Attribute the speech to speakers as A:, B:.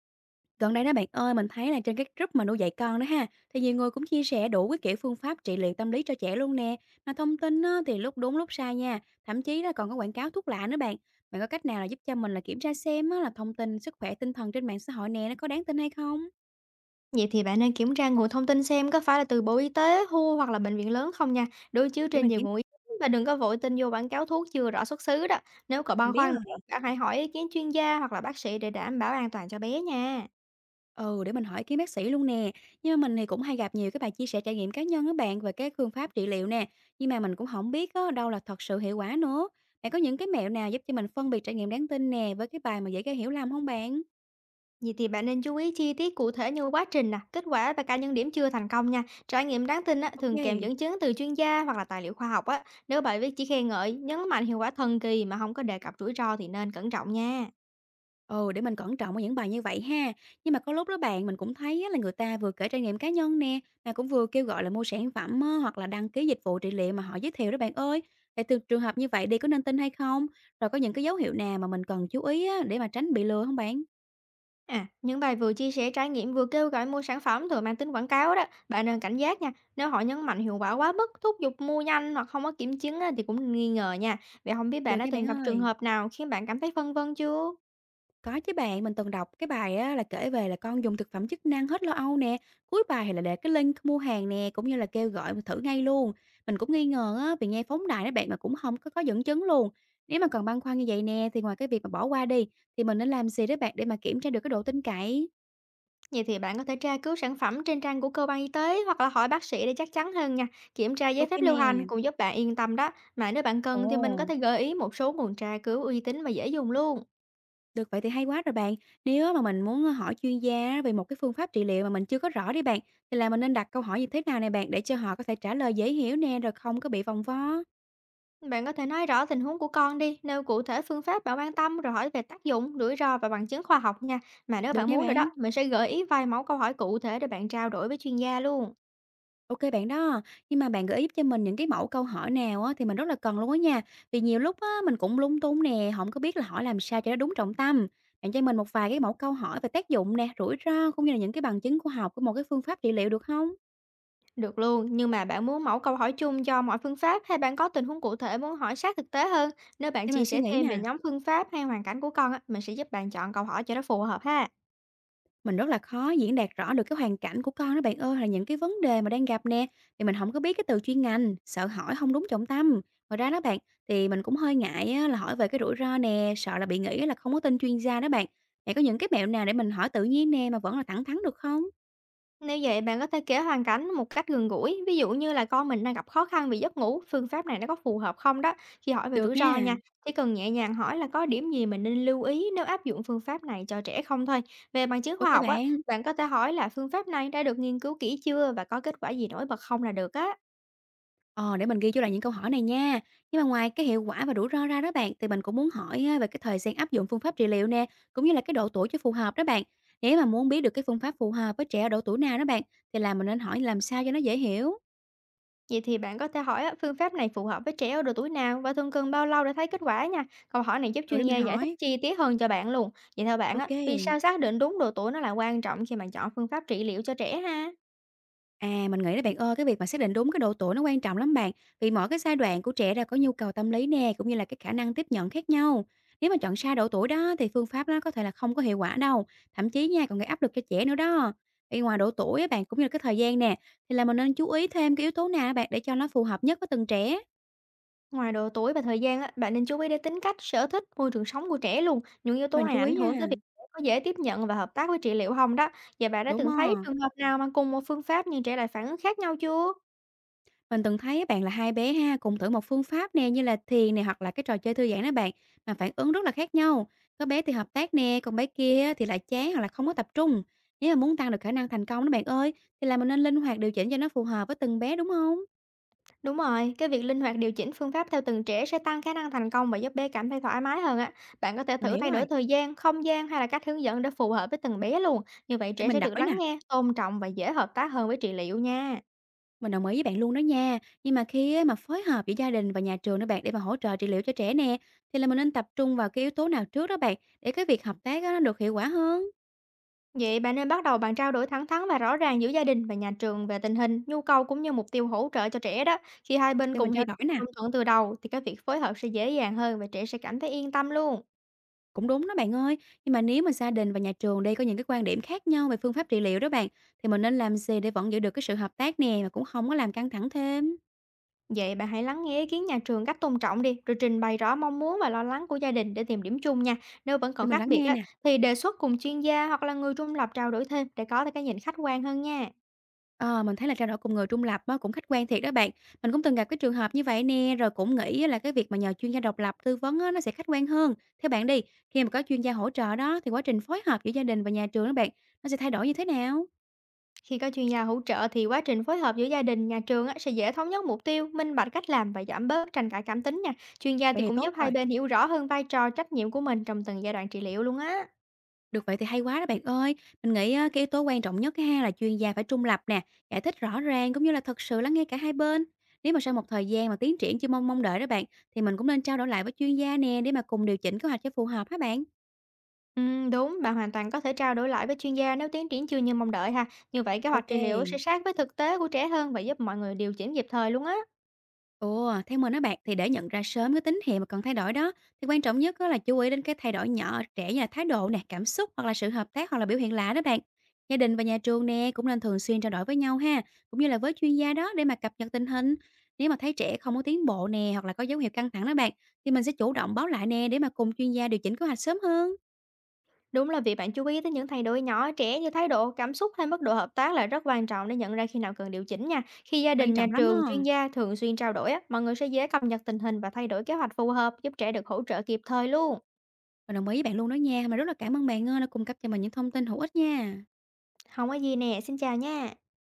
A: Gần đây đó bạn ơi, mình thấy là trên các group mà nuôi dạy con đó ha, thì nhiều người cũng chia sẻ đủ cái kiểu phương pháp trị liệu tâm lý cho trẻ luôn nè. Mà thông tin á, thì lúc đúng lúc sai nha, thậm chí là còn có quảng cáo thuốc lạ nữa bạn. Bạn có cách nào là giúp cho mình là kiểm tra xem á, là thông tin sức khỏe tinh thần trên mạng xã hội nè nó có đáng tin hay không?
B: Vậy thì bạn nên kiểm tra nguồn thông tin xem có phải là từ Bộ Y tế, WHO hoặc là bệnh viện lớn không nha, đối chiếu
A: Để
B: trên
A: mình
B: nhiều
A: kiểm
B: nguồn ý kiến và đừng có vội tin vô quảng cáo thuốc chưa rõ xuất xứ đó. Nếu có
A: mình
B: băn
A: biết.
B: khoăn nữa, bạn hãy hỏi ý kiến chuyên gia hoặc là bác sĩ để đảm bảo an toàn cho bé nha.
A: Ừ, để mình hỏi ý kiến bác sĩ luôn nè. Nhưng mà mình thì cũng hay gặp nhiều cái bài chia sẻ trải nghiệm cá nhân á bạn về cái phương pháp trị liệu nè. Nhưng mà mình cũng không biết á, đâu là thật sự hiệu quả nữa. Bạn có những cái mẹo nào giúp cho mình phân biệt trải nghiệm đáng tin nè với cái bài mà dễ gây hiểu lầm không bạn?
B: Vậy thì bạn nên chú ý chi tiết cụ thể như quá trình nè, kết quả và cả những điểm chưa thành công nha. Trải nghiệm đáng tin á, thường kèm
A: Ok.
B: dẫn chứng từ chuyên gia hoặc là tài liệu khoa học á. Nếu bài viết chỉ khen ngợi, nhấn mạnh hiệu quả thần kỳ mà không có đề cập rủi ro thì nên cẩn trọng nha.
A: Ừ, để mình cẩn trọng với những bài như vậy ha. Nhưng mà có lúc đó bạn mình cũng thấy á, là người ta vừa kể trải nghiệm cá nhân nè, mà cũng vừa kêu gọi là mua sản phẩm á, hoặc là đăng ký dịch vụ trị liệu mà họ giới thiệu đó bạn ơi. Thì từ trường hợp như vậy đi có nên tin hay không? Rồi có những cái dấu hiệu nào mà mình cần chú ý á, để mà tránh bị lừa không bạn?
B: À, những bài vừa chia sẻ trải nghiệm vừa kêu gọi mua sản phẩm thường mang tính quảng cáo đó, bạn nên cảnh giác nha. Nếu họ nhấn mạnh hiệu quả quá mức, thúc giục mua nhanh hoặc không có kiểm chứng á, thì cũng nên nghi ngờ nha. Vậy không biết bạn
A: Được
B: đã
A: nha
B: từng
A: bạn
B: gặp trường
A: ơi.
B: hợp nào khiến bạn cảm thấy phân vân chưa?
A: Có chứ bạn, mình từng đọc cái bài á, là kể về là con dùng thực phẩm chức năng hết lo âu nè. Cuối bài thì là để cái link mua hàng nè, cũng như là kêu gọi mình thử ngay luôn. Mình cũng nghi ngờ á, vì nghe phóng đại đó bạn mà cũng không có, có dẫn chứng luôn. Nếu mà còn băn khoăn như vậy nè, thì ngoài cái việc mà bỏ qua đi, thì mình nên làm gì đó bạn để mà kiểm tra được cái độ tin cậy?
B: Vậy thì bạn có thể tra cứu sản phẩm trên trang của cơ quan y tế hoặc là hỏi bác sĩ để chắc chắn hơn nha. Kiểm tra giấy
A: Ok
B: phép lưu hành
A: nè.
B: cũng giúp bạn yên tâm đó. Mà nếu bạn cần thì mình có
A: Ồ.
B: thể gợi ý một số nguồn tra cứu uy tín và dễ dùng luôn.
A: Được, vậy thì hay quá rồi bạn. Nếu mà mình muốn hỏi chuyên gia về một cái phương pháp trị liệu mà mình chưa có rõ đi bạn, thì là mình nên đặt câu hỏi như thế nào nè bạn để cho họ có thể trả lời dễ hiểu nè, rồi không có bị vòng vo.
B: Bạn có thể nói rõ tình huống của con đi, nêu cụ thể phương pháp bạn quan tâm rồi hỏi về tác dụng, rủi ro và bằng chứng khoa học nha. Mà nếu
A: Được
B: bạn
A: nha
B: muốn rồi đó,
A: bạn.
B: mình sẽ gợi ý vài mẫu câu hỏi cụ thể để bạn trao đổi với chuyên gia luôn.
A: Ok bạn đó. Nhưng mà bạn gợi ý giúp cho mình những cái mẫu câu hỏi nào á, thì mình rất là cần luôn á nha. Vì nhiều lúc á, mình cũng lung tung nè, không có biết là hỏi làm sao cho nó đúng trọng tâm. Bạn cho mình một vài cái mẫu câu hỏi về tác dụng nè, rủi ro cũng như là những cái bằng chứng khoa học của một cái phương pháp trị liệu được không?
B: Được luôn, nhưng mà bạn muốn mẫu câu hỏi chung cho mọi phương pháp, hay bạn có tình huống cụ thể muốn hỏi sát thực tế hơn? Nếu bạn
A: Để
B: chia
A: mình suy
B: sẻ
A: nghĩ
B: thêm về
A: nè.
B: nhóm phương pháp hay hoàn cảnh của con, á, mình sẽ giúp bạn chọn câu hỏi cho nó phù hợp ha.
A: Mình rất là khó diễn đạt rõ được cái hoàn cảnh của con đó bạn ơi, là những cái vấn đề mà đang gặp nè, thì mình không có biết cái từ chuyên ngành, sợ hỏi không đúng trọng tâm. Ngoài ra đó bạn, thì mình cũng hơi ngại á là hỏi về cái rủi ro nè, sợ là bị nghĩ là không có tin chuyên gia đó bạn. Bạn có những cái mẹo nào để mình hỏi tự nhiên nè mà vẫn là thẳng thắn được không?
B: Nếu vậy bạn có thể kể hoàn cảnh một cách gần gũi, ví dụ như là con mình đang gặp khó khăn vì giấc ngủ, phương pháp này nó có phù hợp không đó. Khi hỏi về rủi
A: Được
B: ro
A: nha.
B: nha, chỉ cần nhẹ nhàng hỏi là có điểm gì mình nên lưu ý nếu áp dụng phương pháp này cho trẻ không thôi. Về bằng chứng khoa
A: Ok
B: học á,
A: bạn.
B: bạn có thể hỏi là phương pháp này đã được nghiên cứu kỹ chưa và có kết quả gì nổi bật không là được á.
A: Ờ, để mình ghi vô lại những câu hỏi này nha. Nhưng mà ngoài cái hiệu quả và rủi ro ra đó bạn, thì mình cũng muốn hỏi á, về cái thời gian áp dụng phương pháp trị liệu nè, cũng như là cái độ tuổi cho phù hợp đó bạn. Nếu mà muốn biết được cái phương pháp phù hợp với trẻ ở độ tuổi nào đó bạn, thì là mình nên hỏi làm sao cho nó dễ hiểu.
B: Vậy thì bạn có thể hỏi á, phương pháp này phù hợp với trẻ ở độ tuổi nào và thường cần bao lâu để thấy kết quả nha. Câu hỏi này giúp
A: Rồi
B: chuyên
A: để
B: gia
A: mình
B: giải thích
A: hỏi.
B: chi tiết hơn cho bạn luôn. Vậy theo bạn á,
A: Ok.
B: vì sao xác định đúng độ tuổi nó là quan trọng khi mà chọn phương pháp trị liệu cho trẻ ha?
A: À, mình nghĩ là bạn ơi, cái việc mà xác định đúng cái độ tuổi nó quan trọng lắm bạn. Vì mỗi cái giai đoạn của trẻ là có nhu cầu tâm lý nè, cũng như là cái khả năng tiếp nhận khác nhau. Nếu mà chọn sai độ tuổi đó thì phương pháp nó có thể là không có hiệu quả đâu, thậm chí nha còn gây áp lực cho trẻ nữa đó. Vì ngoài độ tuổi á bạn cũng như là cái thời gian nè, thì là mình nên chú ý thêm cái yếu tố nào á bạn để cho nó phù hợp nhất với từng trẻ.
B: Ngoài độ tuổi và thời gian á, bạn nên chú ý đến tính cách, sở thích, môi trường sống của trẻ luôn. Những yếu tố
A: Mình
B: này
A: chú
B: ảnh
A: ý
B: hưởng
A: nha.
B: tới việc trẻ có dễ tiếp nhận và hợp tác với trị liệu không đó. Và bạn đã
A: Đúng
B: từng thấy
A: rồi.
B: trường hợp nào mà cùng một phương pháp nhưng trẻ lại phản ứng khác nhau chưa?
A: Mình từng thấy bạn là hai bé ha, cùng thử một phương pháp nè, như là thiền nè, hoặc là cái trò chơi thư giãn đó bạn, mà phản ứng rất là khác nhau. Có bé thì hợp tác nè, còn bé kia thì lại chán hoặc là không có tập trung. Nếu mà muốn tăng được khả năng thành công đó bạn ơi, thì là mình nên linh hoạt điều chỉnh cho nó phù hợp với từng bé đúng không?
B: Đúng rồi, cái việc linh hoạt điều chỉnh phương pháp theo từng trẻ sẽ tăng khả năng thành công và giúp bé cảm thấy thoải mái hơn á. Bạn có thể
A: Mình
B: thử
A: hiểu
B: thay đổi
A: rồi,
B: thời gian, không gian hay là cách hướng dẫn để phù hợp với từng bé luôn. Như vậy
A: để
B: trẻ sẽ
A: mình
B: được
A: đổi
B: lắng
A: nè.
B: nghe, tôn trọng và dễ hợp tác hơn với trị liệu nha.
A: Mình đồng ý với bạn luôn đó nha. Nhưng mà khi á mà phối hợp giữa gia đình và nhà trường đó bạn để mà hỗ trợ trị liệu cho trẻ nè, thì là mình nên tập trung vào cái yếu tố nào trước đó bạn để cái việc hợp tác á nó được hiệu quả hơn.
B: Vậy bạn nên bắt đầu bằng trao đổi thẳng thắn và rõ ràng giữa gia đình và nhà trường về tình hình, nhu cầu cũng như mục tiêu hỗ trợ cho trẻ đó. Khi hai bên
A: Để
B: cùng
A: mình
B: hiểu
A: trao đổi
B: và
A: nè.
B: đồng thuận từ đầu thì cái việc phối hợp sẽ dễ dàng hơn và trẻ sẽ cảm thấy yên tâm luôn.
A: Cũng đúng đó bạn ơi, nhưng mà nếu mà gia đình và nhà trường đây có những cái quan điểm khác nhau về phương pháp trị liệu đó bạn, thì mình nên làm gì để vẫn giữ được cái sự hợp tác nè mà cũng không có làm căng thẳng thêm?
B: Vậy bạn hãy lắng nghe ý kiến nhà trường cách tôn trọng đi, rồi trình bày rõ mong muốn và lo lắng của gia đình để tìm điểm chung nha. Nếu vẫn còn
A: Thì mình
B: khác
A: lắng
B: biệt
A: nghe
B: á,
A: nè.
B: thì đề xuất cùng chuyên gia hoặc là người trung lập trao đổi thêm để có được cái nhìn khách quan hơn nha.
A: Ờ, mình thấy là trao đổi cùng người trung lập á, cũng khách quan thiệt đó bạn. Mình cũng từng gặp cái trường hợp như vậy nè, rồi cũng nghĩ á là cái việc mà nhờ chuyên gia độc lập tư vấn á, nó sẽ khách quan hơn. Theo bạn đi, khi mà có chuyên gia hỗ trợ đó thì quá trình phối hợp giữa gia đình và nhà trường đó bạn, nó sẽ thay đổi như thế nào?
B: Khi có chuyên gia hỗ trợ thì quá trình phối hợp giữa gia đình, nhà trường á, sẽ dễ thống nhất mục tiêu, minh bạch cách làm và giảm bớt tranh cãi cảm tính nha. Chuyên gia thì
A: Vậy thì
B: cũng giúp
A: tốt
B: hai
A: rồi.
B: bên hiểu rõ hơn vai trò, trách nhiệm của mình trong từng giai đoạn trị liệu luôn á.
A: Được vậy thì hay quá đó bạn ơi. Mình nghĩ á, cái yếu tố quan trọng nhất cái ha là chuyên gia phải trung lập nè, giải thích rõ ràng cũng như là thật sự lắng nghe cả hai bên. Nếu mà sau một thời gian mà tiến triển chưa mong mong đợi đó bạn, thì mình cũng nên trao đổi lại với chuyên gia nè để mà cùng điều chỉnh kế hoạch cho phù hợp hả bạn?
B: Đúng, bạn hoàn toàn có thể trao đổi lại với chuyên gia nếu tiến triển chưa như mong đợi ha. Như vậy kế hoạch trị liệu sẽ
A: Ok.
B: sát với thực tế của trẻ hơn và giúp mọi người điều chỉnh kịp thời luôn á.
A: Ồ, theo mình á bạn, thì để nhận ra sớm cái tín hiệu mà cần thay đổi đó, thì quan trọng nhất đó là chú ý đến cái thay đổi nhỏ ở trẻ như là thái độ nè, cảm xúc hoặc là sự hợp tác hoặc là biểu hiện lạ đó bạn. Gia đình và nhà trường nè cũng nên thường xuyên trao đổi với nhau ha, cũng như là với chuyên gia đó để mà cập nhật tình hình. Nếu mà thấy trẻ không có tiến bộ nè hoặc là có dấu hiệu căng thẳng đó bạn, thì mình sẽ chủ động báo lại nè để mà cùng chuyên gia điều chỉnh kế hoạch sớm hơn.
B: Đúng là việc bạn chú ý tới những thay đổi nhỏ ở trẻ như thái độ, cảm xúc hay mức độ hợp tác là rất quan trọng để nhận ra khi nào cần điều chỉnh nha. Khi gia
A: Quan
B: đình, nhà
A: trọng lắm
B: trường, chuyên
A: á.
B: gia thường xuyên trao đổi á, mọi người sẽ dễ cập nhật tình hình và thay đổi kế hoạch phù hợp giúp trẻ được hỗ trợ kịp thời luôn.
A: Mình đồng ý với bạn luôn đó nha, mà rất là cảm ơn bạn ơi đã cung cấp cho mình những thông tin hữu ích nha.
B: Không có gì nè, xin chào nha.